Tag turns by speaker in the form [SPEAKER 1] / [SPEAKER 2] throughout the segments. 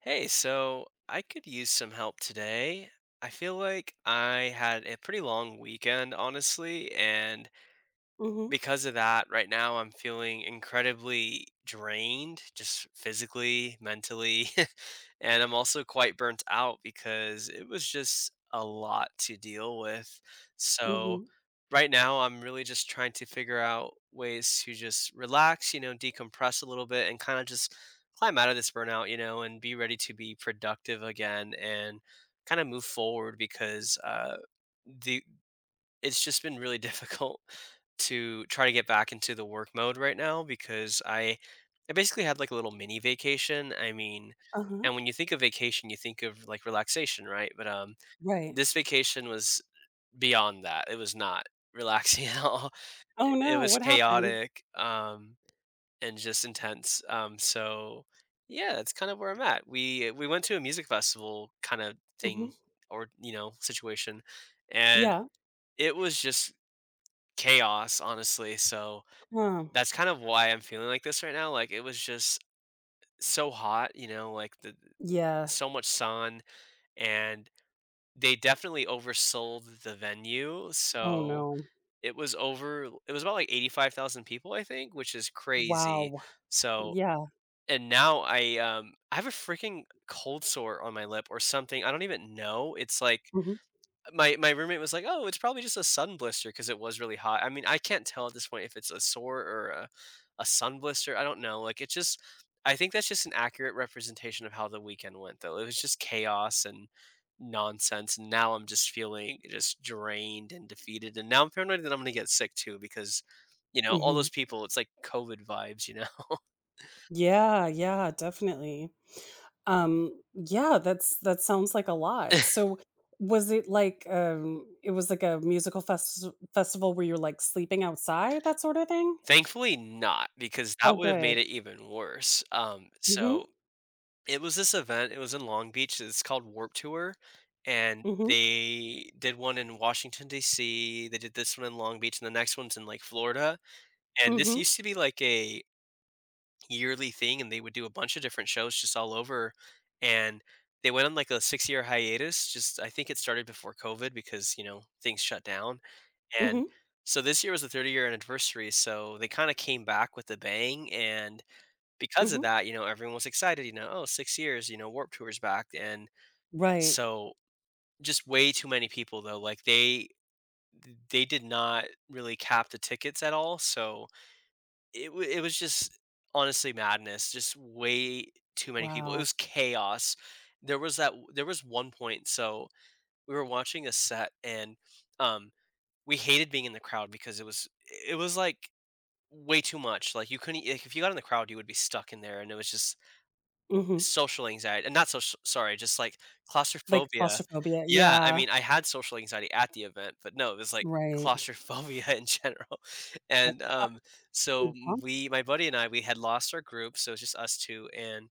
[SPEAKER 1] Hey, so I could use some help today. I feel like I had a pretty long weekend, honestly, and
[SPEAKER 2] Mhm,
[SPEAKER 1] because of that, right now I'm feeling incredibly drained, just physically, mentally, and I'm also quite burnt out because it was just a lot to deal with. So
[SPEAKER 2] mhm,
[SPEAKER 1] right now I'm really just trying to figure out ways to just relax, you know, decompress a little bit and kind of just climb out of this burnout, you know, and be ready to be productive again and kind of move forward because the it's just been really difficult to try to get back into the work mode right now because I basically had like a little mini vacation. I mean,
[SPEAKER 2] uh-huh,
[SPEAKER 1] and when you think of vacation, you think of like relaxation, right? But
[SPEAKER 2] right.
[SPEAKER 1] this vacation was beyond that. It was not relaxing at all.
[SPEAKER 2] Oh,
[SPEAKER 1] It
[SPEAKER 2] no,
[SPEAKER 1] was
[SPEAKER 2] what happened?
[SPEAKER 1] chaotic and just intense. So yeah, that's kind of where I'm at. We went to a music festival kind of thing
[SPEAKER 2] Mhm,
[SPEAKER 1] or you know, situation and
[SPEAKER 2] yeah,
[SPEAKER 1] it was just chaos, honestly. So
[SPEAKER 2] huh,
[SPEAKER 1] that's kind of why I'm feeling like this right now. Like it was just so hot, you know, like the
[SPEAKER 2] yeah,
[SPEAKER 1] so much sun and they definitely oversold the venue.
[SPEAKER 2] oh,
[SPEAKER 1] So
[SPEAKER 2] no,
[SPEAKER 1] it was about like 85,000 people, I think, which is crazy.
[SPEAKER 2] wow,
[SPEAKER 1] So
[SPEAKER 2] yeah,
[SPEAKER 1] and now I have a freaking cold sore on my lip or something. I don't even know. It's like
[SPEAKER 2] mhm,
[SPEAKER 1] my roommate was like, "Oh, it's probably just a sun blister because it was really hot." I mean, I can't tell at this point if it's a sore or a sun blister. I don't know. Like it's just I think that's just an accurate representation of how the weekend went though. It was just chaos and nonsense. And now I'm just feeling just drained and defeated. And now I'm paranoid that I'm going to get sick too because you know, all
[SPEAKER 2] mhm,
[SPEAKER 1] those people, it's like COVID vibes, you know.
[SPEAKER 2] yeah, yeah, definitely. Yeah, that sounds like a lot. So, it was like a musical festival where you're, like, sleeping outside, that sorta thing?
[SPEAKER 1] Thankfully not because that
[SPEAKER 2] Oh,
[SPEAKER 1] would have made
[SPEAKER 2] good.
[SPEAKER 1] it even worse.
[SPEAKER 2] Mhm,
[SPEAKER 1] It was this event, it was in Long Beach, it's called Warp Tour, and
[SPEAKER 2] mhm,
[SPEAKER 1] they did one in Washington, DC, they did this one in Long Beach, and the next one's in, like, Florida, and this
[SPEAKER 2] mhm,
[SPEAKER 1] used to be, like, a yearly thing, and they would do a bunch of different shows just all over, and they went on, like, a six-year hiatus, just I think it started before COVID because, you know, things shut down, and
[SPEAKER 2] mhm,
[SPEAKER 1] so this year was the 30-year year anniversary, so they kinda came back with a bang, and because of
[SPEAKER 2] mhm,
[SPEAKER 1] that, you know, everyone was excited, you know, oh, 6 years, you know, Warp Tour's back. And
[SPEAKER 2] right,
[SPEAKER 1] so just way too many people though. Like they did not really cap the tickets at all. So it was just honestly madness. Just way too many people. It
[SPEAKER 2] wow,
[SPEAKER 1] was chaos. There was one point so we were watching a set and um we hated being in the crowd because it was like way too much. Like you couldn't like if you got in the crowd you would be stuck in there and it was just
[SPEAKER 2] mhm,
[SPEAKER 1] social anxiety and not social. Sorry, just, like,
[SPEAKER 2] like
[SPEAKER 1] claustrophobia.
[SPEAKER 2] claustrophobia,
[SPEAKER 1] Yeah, I
[SPEAKER 2] yeah.
[SPEAKER 1] mean, I had social anxiety at the event, but no, it was, like,
[SPEAKER 2] Right.
[SPEAKER 1] claustrophobia in general, and,
[SPEAKER 2] That's
[SPEAKER 1] so
[SPEAKER 2] beautiful.
[SPEAKER 1] we my buddy and I, we had lost our group, so it's just us two, and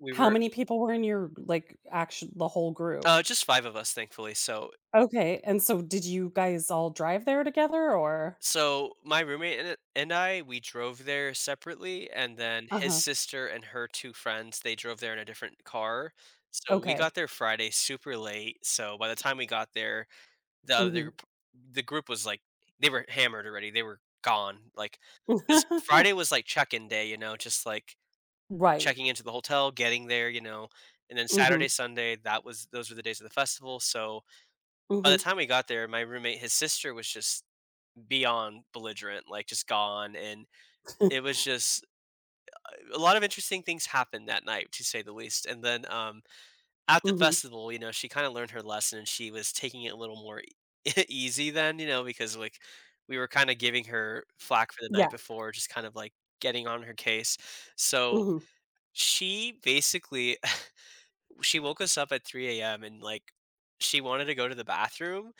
[SPEAKER 1] we
[SPEAKER 2] How
[SPEAKER 1] were
[SPEAKER 2] many people were in your, like, action? The whole group?
[SPEAKER 1] just five of us, thankfully, so
[SPEAKER 2] Okay, and so did you guys all drive there together or
[SPEAKER 1] so my roommate and I, we drove there separately, and then his
[SPEAKER 2] uh-huh.
[SPEAKER 1] sister and her two friends, they drove there in a different car, so we got
[SPEAKER 2] Okay.
[SPEAKER 1] there Friday super late, so by the time we got there The other
[SPEAKER 2] Mhm.
[SPEAKER 1] group the group was, like, they were hammered already, they were gone, like because Friday was, like, check-in day, you know, just, like,
[SPEAKER 2] Right.
[SPEAKER 1] checking into the hotel, getting there, you know, and then Saturday,
[SPEAKER 2] Mhm.
[SPEAKER 1] Sunday, that was those were the days of the festival, so by the
[SPEAKER 2] Mhm.
[SPEAKER 1] time we got there, my roommate, his sister was just beyond belligerent, like, just gone, and it was just a lot of interesting things happened that night, to say the least, and then, at the
[SPEAKER 2] Mhm.
[SPEAKER 1] festival, you know, she kinda learned her lesson, and she was taking it a little more ea easy then, you know, because, like, we were kinda giving her flack for the
[SPEAKER 2] Yeah.
[SPEAKER 1] night before, just kind of, like, getting on her case. So,
[SPEAKER 2] Mhm.
[SPEAKER 1] she basically she woke us up at 3 a.m. and, like, she wanted to go to the bathroom,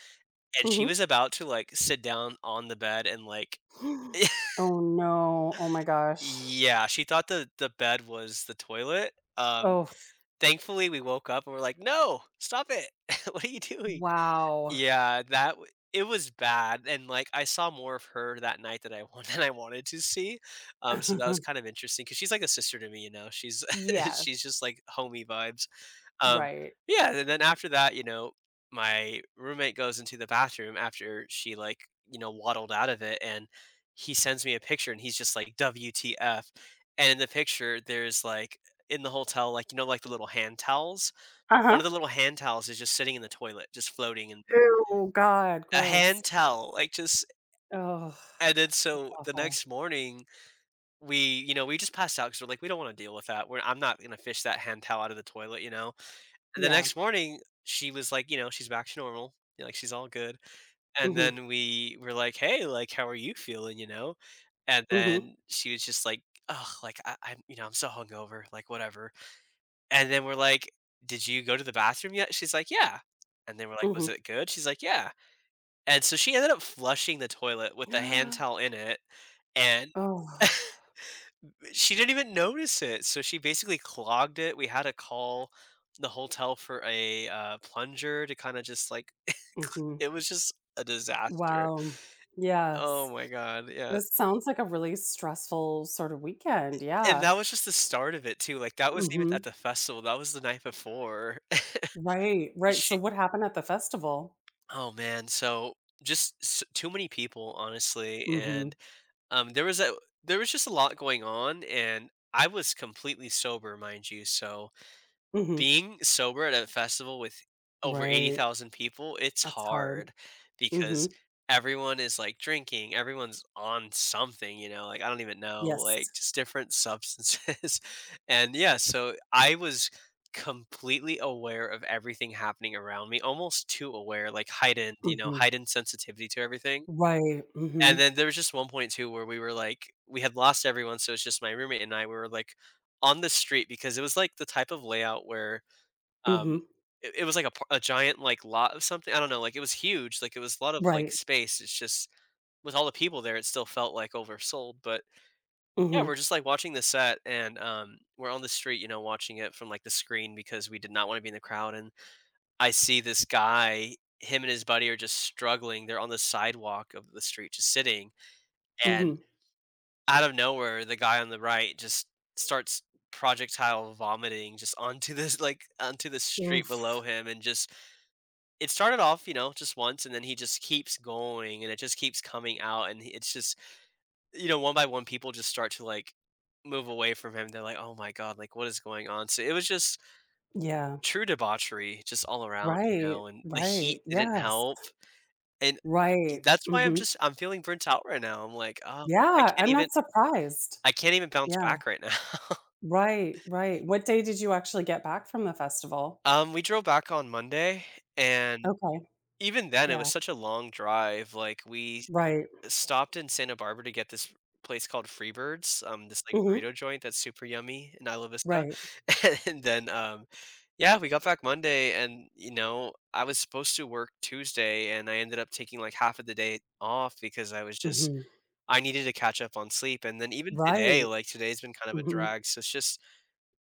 [SPEAKER 1] and she
[SPEAKER 2] Mhm.
[SPEAKER 1] was about to, like, sit down on the bed and, like
[SPEAKER 2] Oh, no. Oh my gosh.
[SPEAKER 1] yeah, she thought the bed was the toilet.
[SPEAKER 2] Oh, f-
[SPEAKER 1] Thankfully, we woke up and we're like, "No, stop it. What are you doing?"
[SPEAKER 2] wow.
[SPEAKER 1] Yeah, that w it was bad, and, like, I saw more of her that night that I wa than I wanted to see, so that was kind of interesting because she's like a sister to me, you know, she's
[SPEAKER 2] Yes.
[SPEAKER 1] she's just, like, homey vibes, um,
[SPEAKER 2] Right.
[SPEAKER 1] yeah, and then after that, you know, my roommate goes into the bathroom after she, like, you know, waddled out of it, and he sends me a picture, and he's just like, "WTF," and in the picture, there's, like in the hotel, like, you know, like, the little hand towels? One
[SPEAKER 2] Uh-huh.
[SPEAKER 1] of the little hand towels is just sitting in the toilet, just floating in
[SPEAKER 2] Oh God,
[SPEAKER 1] a hand
[SPEAKER 2] gross.
[SPEAKER 1] towel, like, just
[SPEAKER 2] Oh,
[SPEAKER 1] and then
[SPEAKER 2] that's
[SPEAKER 1] so the
[SPEAKER 2] awful.
[SPEAKER 1] next morning, we you know, we just passed out because 'cause we're like, "We don't wanna deal with that. We're I'm not gonna fish that hand towel out of the toilet," you know? And the
[SPEAKER 2] Yeah.
[SPEAKER 1] next morning, she was like, you know, she's back to normal, you know, like, she's all good. And
[SPEAKER 2] Mhm.
[SPEAKER 1] then we were like, "Hey, like, how are you feeling?" You know? And
[SPEAKER 2] Mhm.
[SPEAKER 1] then she was just like, "Oh, like, I'm you know, I'm so hungover, like, whatever." And then we're like, "Did you go to the bathroom yet?" She's like, "Yeah." And then we're like, "Was
[SPEAKER 2] Mhm.
[SPEAKER 1] it good?" She's like, "Yeah." And so she ended up flushing the toilet with the hand
[SPEAKER 2] Ah.
[SPEAKER 1] towel in it, and
[SPEAKER 2] Oh,
[SPEAKER 1] she didn't even notice it. So she basically clogged it. We had to call the hotel for a plunger to kind of just like
[SPEAKER 2] mhm.
[SPEAKER 1] it was just a disaster.
[SPEAKER 2] Wow.
[SPEAKER 1] Oh
[SPEAKER 2] Yes.
[SPEAKER 1] my god, yeah.
[SPEAKER 2] This sounds like a really stressful sort of weekend.
[SPEAKER 1] And
[SPEAKER 2] Yeah.
[SPEAKER 1] that was just the start of it too. Like that wasn't even at
[SPEAKER 2] Mhm.
[SPEAKER 1] the festival. That was the night before.
[SPEAKER 2] Right, right. So
[SPEAKER 1] She,
[SPEAKER 2] what happened at the festival?
[SPEAKER 1] oh man, so just too many people, honestly,
[SPEAKER 2] Mhm.
[SPEAKER 1] and um, there was just a lot going on, and I was completely sober, mind you. So
[SPEAKER 2] Mhm.
[SPEAKER 1] being sober at a festival with over
[SPEAKER 2] Right.
[SPEAKER 1] 80,000 people, it's
[SPEAKER 2] That's hard.
[SPEAKER 1] hard because
[SPEAKER 2] Mhm.
[SPEAKER 1] everyone is like drinking, everyone's on something, you know, like I don't even know,
[SPEAKER 2] Yes.
[SPEAKER 1] like just different substances. And yeah, so I was completely aware of everything happening around me, almost too aware, like heightened, you know,
[SPEAKER 2] Mhm.
[SPEAKER 1] heightened sensitivity to everything
[SPEAKER 2] Right.
[SPEAKER 1] and
[SPEAKER 2] Mhm.
[SPEAKER 1] then there was just one point too where we were like we had lost everyone, so it's just my roommate and I, we were like on the street because it was like the type of layout where
[SPEAKER 2] Mhm.
[SPEAKER 1] um it was like a giant like lot of something. I don't know, like it was huge, like it was a lot of like
[SPEAKER 2] Right.
[SPEAKER 1] space. It's just with all the people there, it still felt like oversold. But yeah,
[SPEAKER 2] Mhm.
[SPEAKER 1] we're just like watching the set and we're on the street, you know, watching it from like the screen because we did not want to be in the crowd. And I see this guy, him and his buddy are just struggling. They're on the sidewalk of the street, just sitting. And
[SPEAKER 2] Mhm.
[SPEAKER 1] out of nowhere, the guy on the right just starts projectile vomiting just onto this like onto the street
[SPEAKER 2] Oof.
[SPEAKER 1] below him and just it started off you know just once and then he just keeps going and it just keeps coming out and it's just you know one by one people just start to like move away from him they're like oh my god like what is going on so it was just
[SPEAKER 2] Yeah.
[SPEAKER 1] true debauchery just all around you
[SPEAKER 2] Right.
[SPEAKER 1] know and the
[SPEAKER 2] Right.
[SPEAKER 1] heat didn't
[SPEAKER 2] Yes.
[SPEAKER 1] help and
[SPEAKER 2] Right.
[SPEAKER 1] that's why i'm
[SPEAKER 2] Mhm.
[SPEAKER 1] just i'm feeling burnt out right now I'm like oh like, i
[SPEAKER 2] Yeah.
[SPEAKER 1] can't
[SPEAKER 2] I'm
[SPEAKER 1] even
[SPEAKER 2] not surprised.
[SPEAKER 1] i can't even bounce
[SPEAKER 2] Yeah.
[SPEAKER 1] back right now
[SPEAKER 2] Right, right. What day did you actually get back from the festival?
[SPEAKER 1] um, we drove back on Monday, and
[SPEAKER 2] Okay,
[SPEAKER 1] even then, it was
[SPEAKER 2] yeah.
[SPEAKER 1] such a long drive. Like we
[SPEAKER 2] Right.
[SPEAKER 1] stopped in Santa Barbara to get this place called Freebirds, this like
[SPEAKER 2] Mhm.
[SPEAKER 1] burrito joint that's super yummy in Isla Vista,
[SPEAKER 2] Right.
[SPEAKER 1] and then yeah, we got back Monday, and I was supposed to work Tuesday, and I ended up taking like half of the day off because I was just
[SPEAKER 2] Mhm.
[SPEAKER 1] I needed to catch up on sleep, and then even today,
[SPEAKER 2] Right.
[SPEAKER 1] like today's been kind of a
[SPEAKER 2] Mhm.
[SPEAKER 1] drag. So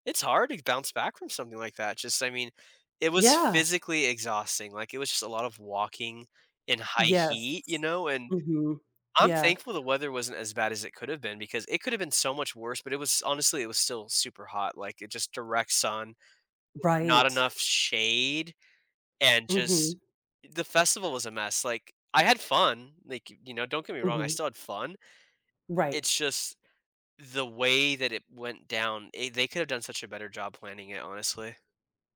[SPEAKER 1] it's hard to bounce back from something like that. Just, I mean, it was
[SPEAKER 2] Yeah.
[SPEAKER 1] physically exhausting. Like, it was just a lot of walking in high
[SPEAKER 2] Yes.
[SPEAKER 1] heat, you know? And
[SPEAKER 2] Mhm.
[SPEAKER 1] I'm
[SPEAKER 2] Yeah.
[SPEAKER 1] thankful the weather wasn't as bad as it could have been because it could have been so much worse, but it was still super hot. Like, it just direct sun, not
[SPEAKER 2] Right.
[SPEAKER 1] enough shade, and just
[SPEAKER 2] Mhm.
[SPEAKER 1] the festival was a mess. Like, I had fun. Like, don't get me wrong, I
[SPEAKER 2] Mhm.
[SPEAKER 1] still had fun.
[SPEAKER 2] Right.
[SPEAKER 1] It's just the way that it went down, they could have done such a better job planning it, honestly.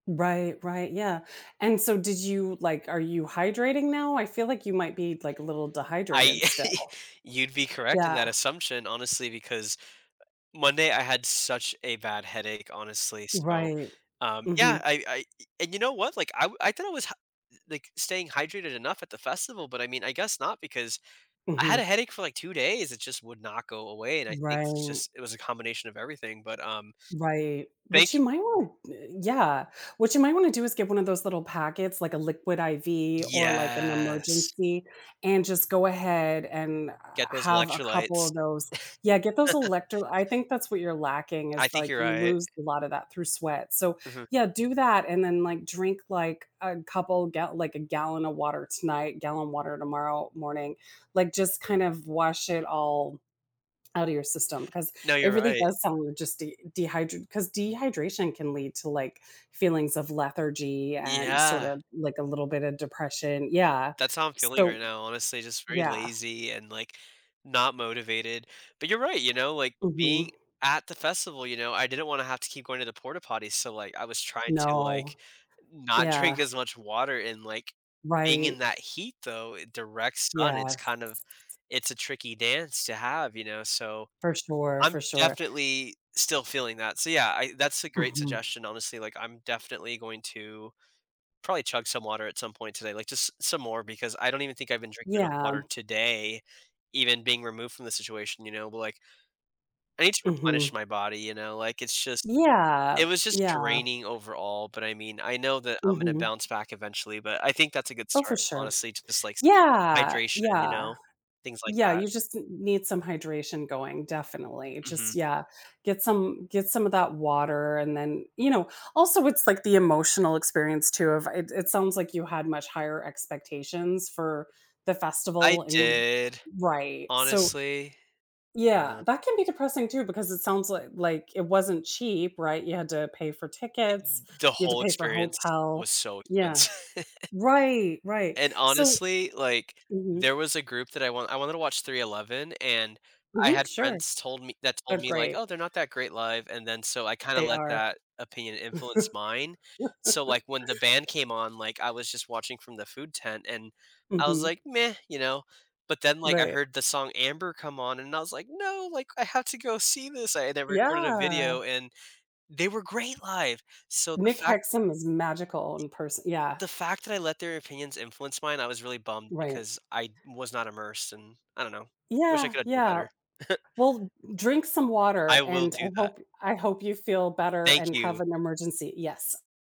[SPEAKER 2] Right, right, yeah. And so did you like, are you hydrating now? I feel like you might be like a little
[SPEAKER 1] I
[SPEAKER 2] dehydrated still.
[SPEAKER 1] you'd be correct in
[SPEAKER 2] Yeah.
[SPEAKER 1] that assumption, honestly, because Monday I had such a bad headache, honestly. So,
[SPEAKER 2] Right.
[SPEAKER 1] yeah,
[SPEAKER 2] Mhm.
[SPEAKER 1] I and you know what? Like, I thought I was like staying hydrated enough at the festival, but I mean, I guess not because I had
[SPEAKER 2] Mhm.
[SPEAKER 1] a headache for like 2 days. It just would not go away, and I think
[SPEAKER 2] Right.
[SPEAKER 1] it was a combination of everything. But
[SPEAKER 2] Right.
[SPEAKER 1] thank
[SPEAKER 2] What you
[SPEAKER 1] you.
[SPEAKER 2] might want to, yeah. What you might wanna do is get one of those little packets, like a liquid IV or like an
[SPEAKER 1] Yes,
[SPEAKER 2] emergency, and just go ahead and
[SPEAKER 1] get those
[SPEAKER 2] have a couple
[SPEAKER 1] electrolytes.
[SPEAKER 2] of those. Yeah, get those electro I think that's what you're lacking
[SPEAKER 1] I
[SPEAKER 2] is,
[SPEAKER 1] think
[SPEAKER 2] like,
[SPEAKER 1] you're
[SPEAKER 2] you
[SPEAKER 1] right.
[SPEAKER 2] lose a lot of that through sweat. So,
[SPEAKER 1] Mhm.
[SPEAKER 2] yeah, do that and then, like, drink, like, a couple get like a gallon of water tonight, gallon water tomorrow morning. Like, just kind of wash it all out of your system because
[SPEAKER 1] No, you're
[SPEAKER 2] it really
[SPEAKER 1] right.
[SPEAKER 2] does sound like just de dehydrated, because dehydration can lead to, like, feelings of lethargy and sort
[SPEAKER 1] Yeah.
[SPEAKER 2] of, like, a little bit of depression, yeah.
[SPEAKER 1] That's how I'm feeling
[SPEAKER 2] So
[SPEAKER 1] right now, honestly, just very
[SPEAKER 2] yeah.
[SPEAKER 1] lazy and, like, not motivated. But you're right, you know, like, being
[SPEAKER 2] Mhm.
[SPEAKER 1] at the festival, you know, I didn't wanna have to keep going to the porta potties, so, like, I was trying to,
[SPEAKER 2] No.
[SPEAKER 1] like, not drink
[SPEAKER 2] Yeah.
[SPEAKER 1] as much water and, like, being in
[SPEAKER 2] Right.
[SPEAKER 1] that heat, though, I direct sun, it's
[SPEAKER 2] Yes.
[SPEAKER 1] kind of it's a tricky dance to have, you know, so
[SPEAKER 2] For sure,
[SPEAKER 1] I'm
[SPEAKER 2] for sure.
[SPEAKER 1] definitely still feeling that. So, yeah, I that's a great
[SPEAKER 2] Mhm.
[SPEAKER 1] suggestion, honestly, like, I'm definitely going to probably chug some water at some point today, like, just some more because I don't even think I've been drinking enough
[SPEAKER 2] Yeah.
[SPEAKER 1] water today, even being removed from the situation, you know, but, like, I need to replenish
[SPEAKER 2] Mhm.
[SPEAKER 1] my body, you know, like, it
[SPEAKER 2] Yeah.
[SPEAKER 1] was just
[SPEAKER 2] Yeah.
[SPEAKER 1] draining overall, but, I mean, I know that I'm gonna
[SPEAKER 2] Mhm.
[SPEAKER 1] bounce back eventually, but I think that's a good
[SPEAKER 2] Oh, for
[SPEAKER 1] start,
[SPEAKER 2] sure.
[SPEAKER 1] honestly, just, like, some
[SPEAKER 2] Yeah.
[SPEAKER 1] hydration, you
[SPEAKER 2] Yeah.
[SPEAKER 1] know, things like
[SPEAKER 2] Yeah,
[SPEAKER 1] that.
[SPEAKER 2] you just n need some hydration going, definitely.
[SPEAKER 1] Mhm.
[SPEAKER 2] Just yeah, get some of that water. And then, you know, also it's like the emotional experience too of it. It sounds like you had much higher expectations for the
[SPEAKER 1] I
[SPEAKER 2] festival and
[SPEAKER 1] did,
[SPEAKER 2] right. So,
[SPEAKER 1] honestly,
[SPEAKER 2] yeah,
[SPEAKER 1] uh,
[SPEAKER 2] that can be depressing too because it sounds like it wasn't cheap, right? You had to pay for
[SPEAKER 1] it
[SPEAKER 2] tickets,
[SPEAKER 1] the
[SPEAKER 2] you had to
[SPEAKER 1] whole
[SPEAKER 2] pay for
[SPEAKER 1] experience
[SPEAKER 2] hotel.
[SPEAKER 1] was so
[SPEAKER 2] Yeah.
[SPEAKER 1] expensive.
[SPEAKER 2] Right, right.
[SPEAKER 1] And
[SPEAKER 2] So
[SPEAKER 1] honestly, like,
[SPEAKER 2] mhm,
[SPEAKER 1] there was a group that I wanted to watch 311, and I
[SPEAKER 2] mhm,
[SPEAKER 1] had
[SPEAKER 2] sure.
[SPEAKER 1] friends told me that
[SPEAKER 2] They're
[SPEAKER 1] told me, like,
[SPEAKER 2] great.
[SPEAKER 1] "Oh, they're not that great live," and then so I kinda
[SPEAKER 2] They
[SPEAKER 1] let
[SPEAKER 2] are.
[SPEAKER 1] that opinion influence mine. So, like, when the band came on, like, I was just watching from the food tent, and I was
[SPEAKER 2] Mhm,
[SPEAKER 1] like, "Meh," you know? But then, like, I
[SPEAKER 2] right.
[SPEAKER 1] heard the song Amber come on, and I was like, "No, like, I have to go see this." I had recorded a
[SPEAKER 2] Yeah.
[SPEAKER 1] video, and they were great live. So
[SPEAKER 2] Nick Hexum is magical in person, yeah,
[SPEAKER 1] the fact that I let their opinions influence mine, I was really bummed
[SPEAKER 2] right.
[SPEAKER 1] because I was not immersed, and I don't know. Wish I
[SPEAKER 2] Yeah,
[SPEAKER 1] could have done
[SPEAKER 2] yeah.
[SPEAKER 1] it better.
[SPEAKER 2] Well, drink some water,
[SPEAKER 1] I will
[SPEAKER 2] and
[SPEAKER 1] do that.
[SPEAKER 2] I hope you feel better
[SPEAKER 1] Thank
[SPEAKER 2] and
[SPEAKER 1] you.
[SPEAKER 2] have an emergency, yes.